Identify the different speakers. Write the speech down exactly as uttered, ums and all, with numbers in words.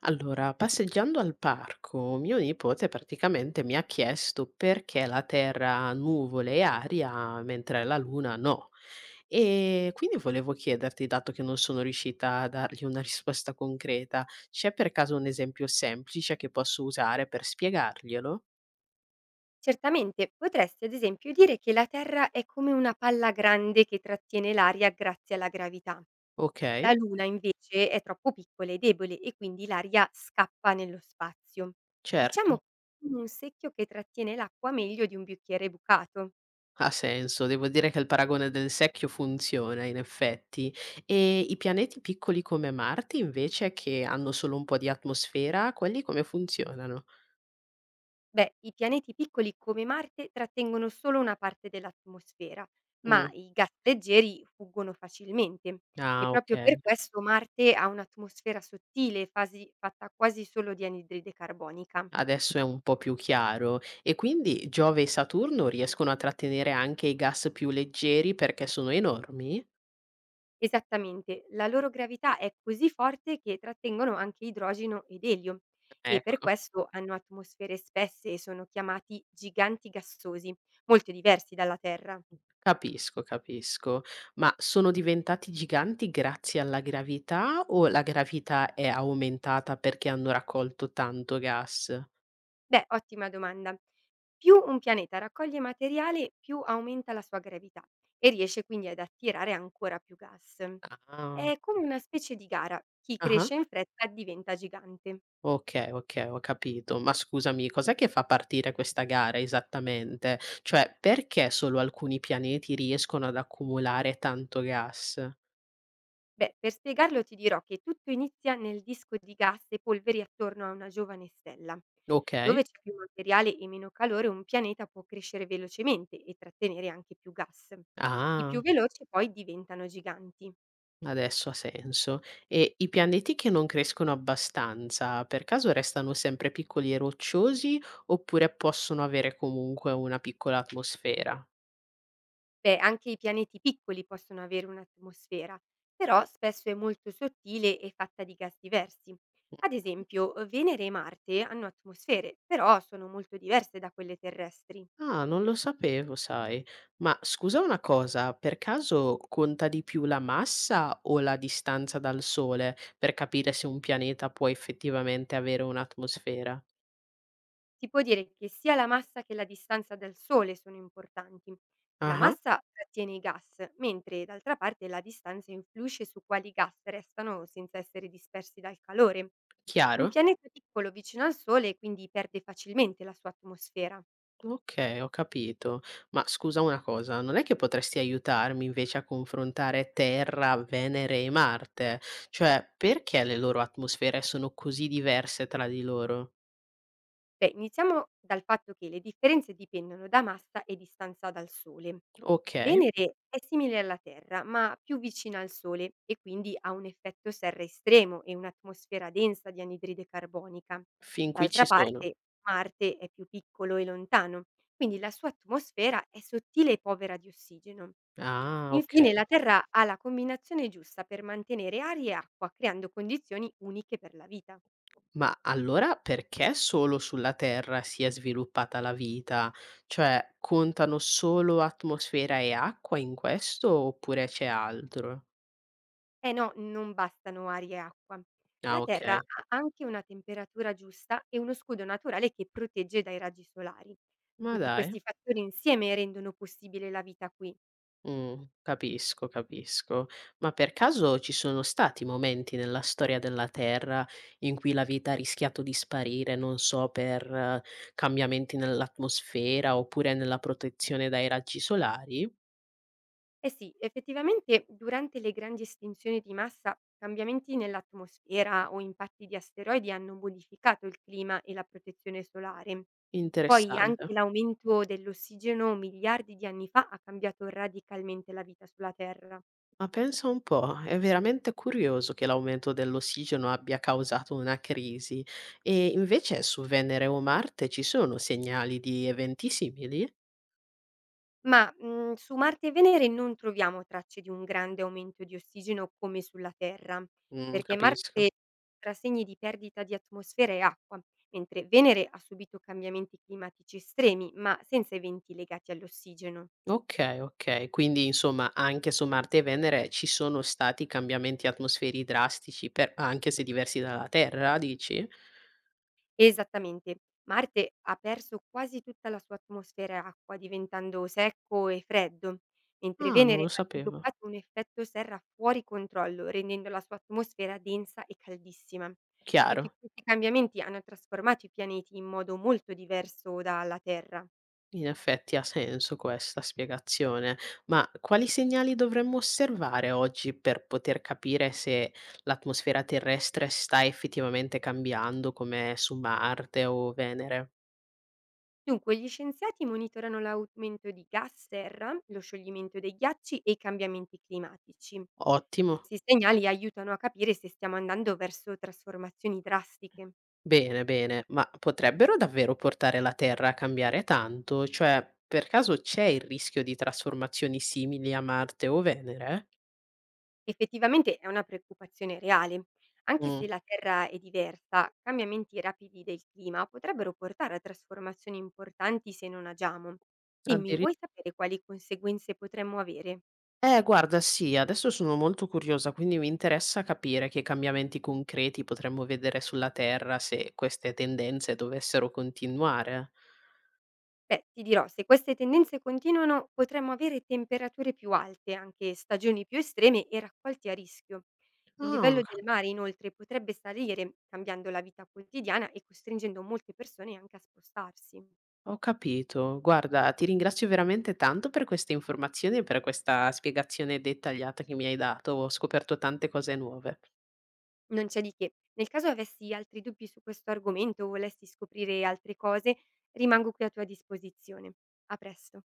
Speaker 1: Allora, passeggiando al parco, mio nipote praticamente mi ha chiesto perché la Terra ha nuvole e aria mentre la Luna no. E quindi volevo chiederti, dato che non sono riuscita a dargli una risposta concreta, c'è per caso un esempio semplice che posso usare per spiegarglielo?
Speaker 2: Certamente, potresti ad esempio dire che la Terra è come una palla grande che trattiene l'aria grazie alla gravità.
Speaker 1: Ok,
Speaker 2: La Luna invece è troppo piccola e debole e quindi l'aria scappa nello spazio.
Speaker 1: certo.
Speaker 2: Diciamo come un secchio che trattiene l'acqua meglio di un bicchiere bucato.
Speaker 1: Ha senso, devo dire che il paragone del secchio funziona in effetti. E i pianeti piccoli come Marte invece che hanno solo un po' di atmosfera, quelli come funzionano?
Speaker 2: Beh, i pianeti piccoli come Marte trattengono solo una parte dell'atmosfera, ma
Speaker 1: Mh.
Speaker 2: i gas leggeri fuggono facilmente e
Speaker 1: Ah,
Speaker 2: proprio per
Speaker 1: okay,
Speaker 2: questo Marte ha un'atmosfera sottile, fasi- fatta quasi solo di anidride carbonica.
Speaker 1: adesso è un po' più chiaro. E quindi Giove e Saturno riescono a trattenere anche i gas più leggeri perché sono enormi?
Speaker 2: Esattamente, la loro gravità è così forte che trattengono anche idrogeno ed elio e per
Speaker 1: Ecco.
Speaker 2: questo hanno atmosfere spesse e sono chiamati giganti gassosi, molto diversi dalla Terra.
Speaker 1: Capisco, capisco. Ma sono diventati giganti grazie alla gravità o la gravità è aumentata perché hanno raccolto tanto gas?
Speaker 2: Beh, ottima domanda. Più un pianeta raccoglie materiale, più aumenta la sua gravità e riesce quindi ad attirare ancora più gas.
Speaker 1: Ah,
Speaker 2: È come una specie di gara, chi
Speaker 1: ah-ah.
Speaker 2: cresce in fretta diventa gigante.
Speaker 1: Okay, okay, ho capito. Ma scusami, cos'è che fa partire questa gara esattamente? Cioè, perché solo alcuni pianeti riescono ad accumulare tanto gas?
Speaker 2: Beh, per spiegarlo ti dirò che tutto inizia nel disco di gas e polveri attorno a una giovane stella.
Speaker 1: Okay.
Speaker 2: Dove c'è più materiale e meno calore, un pianeta può crescere velocemente e trattenere anche più gas. I più
Speaker 1: Ah.
Speaker 2: veloci poi diventano giganti.
Speaker 1: Adesso ha senso. E i pianeti che non crescono abbastanza, per caso restano sempre piccoli e rocciosi oppure possono avere comunque una piccola atmosfera?
Speaker 2: Beh, anche i pianeti piccoli possono avere un'atmosfera, però spesso è molto sottile e fatta di gas diversi. Ad esempio, eh, Venere e Marte hanno atmosfere, però sono molto diverse da quelle terrestri.
Speaker 1: Ah, non lo sapevo, sai. Ma scusa una cosa, per caso conta di più la massa o la distanza dal Sole per capire se un pianeta può effettivamente avere un'atmosfera?
Speaker 2: Si può dire che sia la massa che la distanza dal Sole sono importanti. La
Speaker 1: Ah,
Speaker 2: massa trattiene i gas, mentre d'altra parte la distanza influisce su quali gas restano senza essere dispersi dal calore. Un
Speaker 1: chiaro?
Speaker 2: pianeta piccolo vicino al Sole quindi perde facilmente la sua atmosfera.
Speaker 1: Okay, ho capito. Ma scusa una cosa, non è che potresti aiutarmi invece a confrontare Terra, Venere e Marte? Cioè, perché le loro atmosfere sono così diverse tra di loro?
Speaker 2: Beh, iniziamo dal fatto che le differenze dipendono da massa e distanza dal Sole.
Speaker 1: Okay,
Speaker 2: Venere è simile alla Terra, ma più vicina al Sole e quindi ha un effetto serra estremo e un'atmosfera densa di anidride carbonica.
Speaker 1: fin qui ci
Speaker 2: D'altra
Speaker 1: sono.
Speaker 2: parte, Marte è più piccolo e lontano, quindi la sua atmosfera è sottile e povera di ossigeno.
Speaker 1: Ah,
Speaker 2: Infine,
Speaker 1: okay.
Speaker 2: la Terra ha la combinazione giusta per mantenere aria e acqua, creando condizioni uniche per la vita.
Speaker 1: Ma allora perché solo sulla Terra si è sviluppata la vita? Cioè, contano solo atmosfera e acqua in questo oppure c'è altro?
Speaker 2: Eh no, non bastano aria e acqua.
Speaker 1: Ah,
Speaker 2: La Terra
Speaker 1: okay.
Speaker 2: ha anche una temperatura giusta e uno scudo naturale che protegge dai raggi solari.
Speaker 1: Ma
Speaker 2: Tutti
Speaker 1: dai.
Speaker 2: questi fattori insieme rendono possibile la vita qui.
Speaker 1: Mh, capisco, capisco. Ma per caso ci sono stati momenti nella storia della Terra in cui la vita ha rischiato di sparire, non so, per eh, cambiamenti nell'atmosfera oppure nella protezione dai raggi solari?
Speaker 2: Eh sì, effettivamente durante le grandi estinzioni di massa, cambiamenti nell'atmosfera o impatti di asteroidi hanno modificato il clima e la protezione solare. Poi anche
Speaker 1: Interessante.
Speaker 2: l'aumento dell'ossigeno miliardi di anni fa ha cambiato radicalmente la vita sulla Terra.
Speaker 1: Ma pensa un po', è veramente curioso che l'aumento dell'ossigeno abbia causato una crisi. E invece su Venere o Marte ci sono segnali di eventi simili?
Speaker 2: Ma, mhmm, su Marte e Venere non troviamo tracce di un grande aumento di ossigeno come sulla Terra,
Speaker 1: Mh,
Speaker 2: perché
Speaker 1: capisco.
Speaker 2: Marte tra segni di perdita di atmosfera e acqua, mentre Venere ha subito cambiamenti climatici estremi, ma senza eventi legati all'ossigeno.
Speaker 1: Okay, okay. Quindi insomma anche su Marte e Venere ci sono stati cambiamenti atmosferi drastici per anche se diversi dalla Terra dici?
Speaker 2: Esattamente. Marte ha perso quasi tutta la sua atmosfera acqua, diventando secco e freddo, mentre
Speaker 1: Ah, non lo
Speaker 2: Venere ha
Speaker 1: sapevo.
Speaker 2: sviluppato un effetto serra fuori controllo, rendendo la sua atmosfera densa e caldissima. Tutti
Speaker 1: Chiaro,
Speaker 2: questi cambiamenti hanno trasformato i pianeti in modo molto diverso dalla Terra.
Speaker 1: in effetti ha senso questa spiegazione. Ma quali segnali dovremmo osservare oggi per poter capire se l'atmosfera terrestre sta effettivamente cambiando come su Marte o Venere?
Speaker 2: Dunque, gli scienziati monitorano l'aumento di gas serra, lo scioglimento dei ghiacci e i cambiamenti climatici.
Speaker 1: Ottimo.
Speaker 2: Questi segnali aiutano a capire se stiamo andando verso trasformazioni drastiche.
Speaker 1: Bene, bene, ma potrebbero davvero portare la Terra a cambiare tanto? Cioè, per caso c'è il rischio di trasformazioni simili a Marte o Venere?
Speaker 2: Effettivamente è una preoccupazione reale. Anche se
Speaker 1: Mm,
Speaker 2: la Terra è diversa, cambiamenti rapidi del clima potrebbero portare a trasformazioni importanti se non agiamo. Dimmi,
Speaker 1: addiri-
Speaker 2: vuoi sapere quali conseguenze potremmo avere?
Speaker 1: eh, guarda, sì, adesso sono molto curiosa, quindi mi interessa capire che cambiamenti concreti potremmo vedere sulla Terra se queste tendenze dovessero continuare.
Speaker 2: Beh, ti dirò, se queste tendenze continuano, potremmo avere temperature più alte, anche stagioni più estreme e raccolti a rischio. Il
Speaker 1: Ah,
Speaker 2: livello del mare inoltre potrebbe salire, cambiando la vita quotidiana e costringendo molte persone anche a spostarsi.
Speaker 1: ho capito. Guarda, ti ringrazio veramente tanto per queste informazioni e per questa spiegazione dettagliata che mi hai dato. Ho scoperto tante cose nuove.
Speaker 2: Non c'è di che. Nel caso avessi altri dubbi su questo argomento o volessi scoprire altre cose, rimango qui a tua disposizione. A presto.